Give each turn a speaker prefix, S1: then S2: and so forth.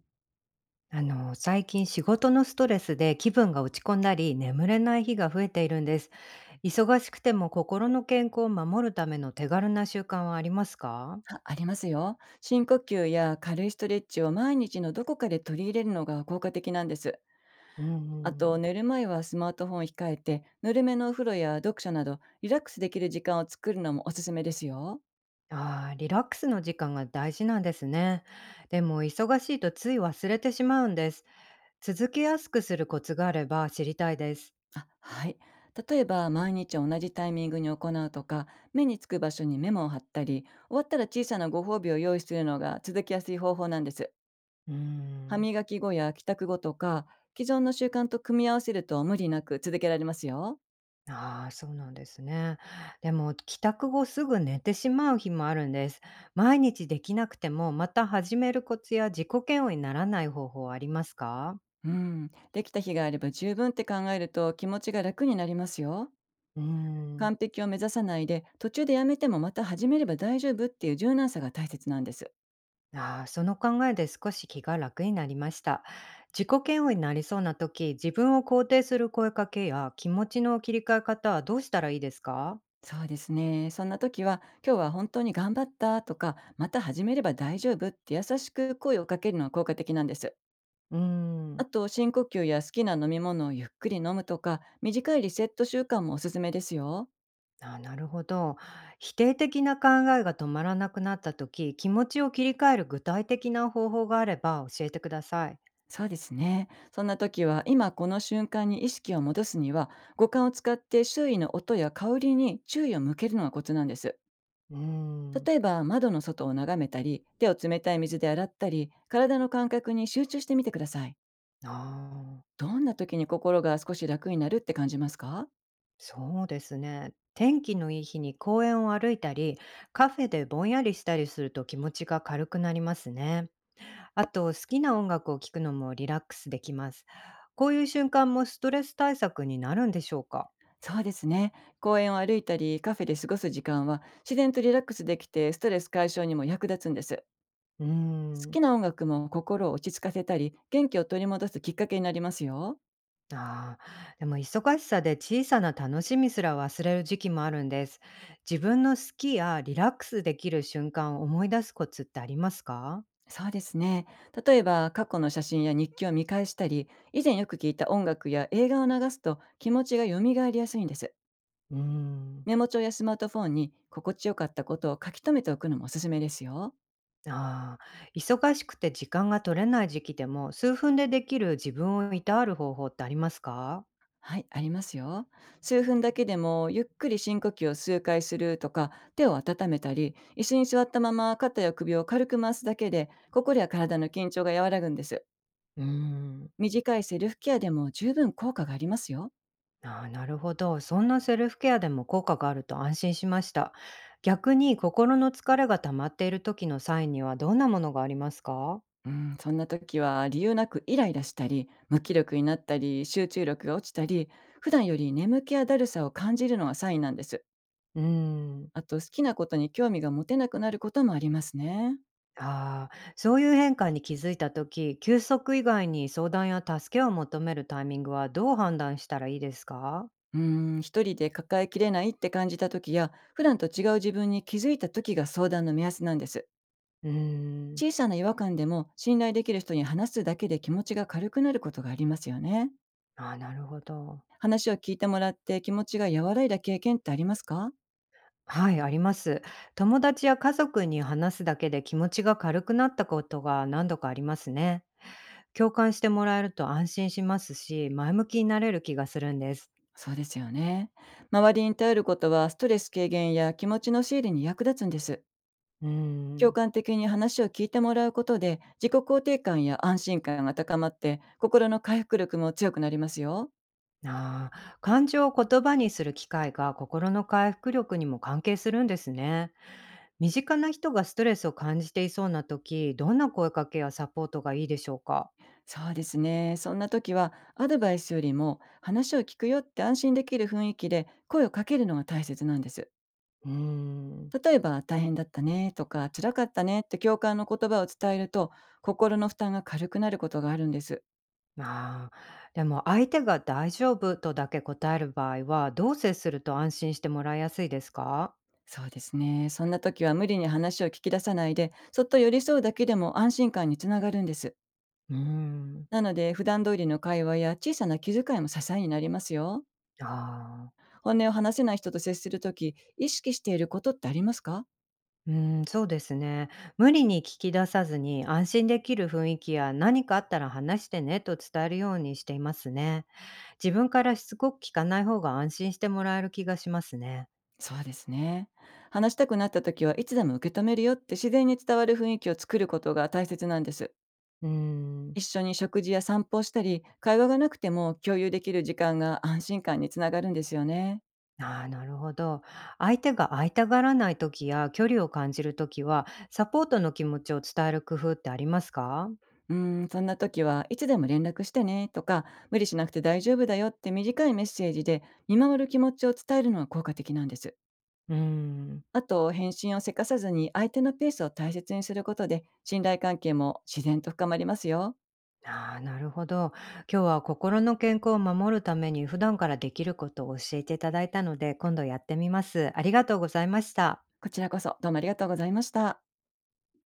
S1: 最近仕事のストレスで気分が落ち込んだり、眠れない日が増えているんです。忙しくても心の健康を守るための手軽な習慣はありますか？
S2: あ、ありますよ。深呼吸や軽いストレッチを毎日のどこかで取り入れるのが効果的なんです。
S1: うん。
S2: あ
S1: う
S2: と、
S1: ん。
S2: 寝る前はスマートフォンを控えて、ぬるめのお風呂や読書など、リラックスできる時間を作るのもおすすめですよ。
S1: ああ、リラックスの時間が大事なんですね。でも、忙しいとつい忘れてしまうんです。続けやすくするコツがあれば知りたいです。
S2: あ、はい。例えば、毎日同じタイミングに行うとか、目につく場所にメモを貼ったり、終わったら小さなご褒美を用意するのが続きやすい方法なんです。
S1: う
S2: 歯
S1: ん。
S2: 磨き後や帰宅後とか、既存の習慣と組み合わせると無理なく続けられますよ。
S1: ああ、そうなんですね。でも帰宅後すぐ寝てしまう日もあるんです。毎日できなくても、また始めるコツや自己嫌悪にならない方法はありますか？
S2: うん、できた日があれば十分って考えると気持ちが楽になりますよ。
S1: うーん。
S2: 完璧を目指さないで、途中でやめても、また始めれば大丈夫っていう柔軟さが大切なんです。
S1: ああ、その考えで少し気が楽になりました。自己嫌悪になりそうな時、自分を肯定する声かけや気持ちの切り替え方はどうしたらいいですか？
S2: そうですね。そんな時は、今日は本当に頑張ったとか、また始めれば大丈夫って優しく声をかけるのは効果的なんです。
S1: うー
S2: あ
S1: ん。
S2: と、深呼吸や好きな飲み物をゆっくり飲むとか、短いリセット習慣もおすすめですよ。
S1: あ、なるほど。否定的な考えが止まらなくなった時、気持ちを切り替える具体的な方法があれば教えてください。
S2: そうですね。そんな時は、今この瞬間に意識を戻すには、五感を使って周囲の音や香りに注意を向けるのがコツなんです。
S1: うーん。
S2: 例えば、窓の外を眺めたり、手を冷たい水で洗ったり、体の感覚に集中してみてください。
S1: ああ、
S2: どんな時に心が少し楽になるって感じますか？
S1: そうですね。天気のいい日に公園を歩いたり、カフェでぼんやりしたりすると気持ちが軽くなりますね。あと、好きな音楽を聴くのもリラックスできます。こういう瞬間もストレス対策になるんでしょうか？
S2: そうですね。公園を歩いたり、カフェで過ごす時間は、自然とリラックスできて、ストレス解消にも役立つんです。
S1: うー
S2: 好
S1: ん。
S2: きな音楽も心を落ち着かせたり、元気を取り戻すきっかけになりますよ。
S1: ああ、でも忙しさで小さな楽しみすら忘れる時期もあるんです。自分の好きやリラックスできる瞬間を思い出すコツってありますか？
S2: そうですね。例えば、過去の写真や日記を見返したり、以前よく聞いた音楽や映画を流すと気持ちが蘇りやすいんです。
S1: うーん。
S2: メモ帳やスマートフォンに心地よかったことを書き留めておくのもおすすめですよ。
S1: ああ、忙しくて時間が取れない時期でも数分でできる自分をいたわる方法ってありますか？
S2: はい、ありますよ。数分だけでもゆっくり深呼吸を数回するとか、手を温めたり、椅子に座ったまま肩や首を軽く回すだけで、心や体の緊張が和らぐんです。
S1: うーん。
S2: 短いセルフケアでも十分効果がありますよ。
S1: ああ、なるほど。そんなセルフケアでも効果があると安心しました。逆に心の疲れが溜まっている時のサインにはどんなものがありますか？
S2: うん、そんな時は理由なくイライラしたり、無気力になったり、集中力が落ちたり、普段より眠気やだるさを感じるのがサインなんです。
S1: うーん。
S2: あと、好きなことに興味が持てなくなることもありますね。
S1: ああ、そういう変化に気づいた時、休息以外に相談や助けを求めるタイミングはどう判断したらいいですか？
S2: うん、一人で抱えきれないって感じた時や、普段と違う自分に気づいた時が相談の目安なんです。
S1: うーん。
S2: 小さな違和感でも信頼できる人に話すだけで気持ちが軽くなることがありますよね。
S1: ああ、なるほど。
S2: 話を聞いてもらって気持ちが和らいだ経験ってありますか？
S1: はい、あります。友達や家族に話すだけで気持ちが軽くなったことが何度かありますね。共感してもらえると安心しますし、前向きになれる気がするんです。
S2: そうですよね。周りに頼ることはストレス軽減や気持ちの整理に役立つんです。
S1: うー
S2: 共
S1: ん。
S2: 感的に話を聞いてもらうことで、自己肯定感や安心感が高まって、心の回復力も強くなりますよ。
S1: ああ、感情を言葉にする機会が心の回復力にも関係するんですね。身近な人がストレスを感じていそうな時、どんな声かけやサポートがいいでしょうか？
S2: そうですね。そんな時は、アドバイスよりも話を聞くよって安心できる雰囲気で声をかけるのが大切なんです。
S1: うーん。
S2: 例えば、大変だったねとか辛かったねって共感の言葉を伝えると、心の負担が軽くなることがあるんです。
S1: ああ、でも相手が「大丈夫」とだけ答える場合は、どう接すると安心してもらいやすいですか？
S2: そうですね。そんな時は、無理に話を聞き出さないで、そっと寄り添うだけでも安心感につながるんです。
S1: うーん。
S2: なので、普段通りの会話や小さな気遣いも支えになりますよ。
S1: ああ、
S2: 本音を話せない人と接するとき、意識していることってありますか？
S1: うーそうですね。無理に聞き出さずに、安心できる雰囲気や「何かあったら話してね」と伝えるようにしていますね。自分からしつこく聞かない方が安心してもらえる気がしますね。
S2: そうですね。話したくなった時はいつでも受け止めるよって自然に伝わる雰囲気を作ることが大切なんです。
S1: うーん。
S2: 一緒に食事や散歩をしたり、会話がなくても共有できる時間が安心感につながるんですよね。
S1: ああ、なるほど。相手が会いたがらない時や距離を感じる時は、サポートの気持ちを伝える工夫ってありますか？
S2: うーん、そんな時はいつでも連絡してねとか、無理しなくて大丈夫だよって短いメッセージで見守る気持ちを伝えるのは効果的なんです。
S1: うーん。
S2: あと、返信をせかさずに相手のペースを大切にすることで、信頼関係も自然と深まりますよ。
S1: ああ、なるほど。今日は心の健康を守るために普段からできることを教えていただいたので、今度やってみます。ありがとうございました。
S2: こちらこそどうもありがとうございました。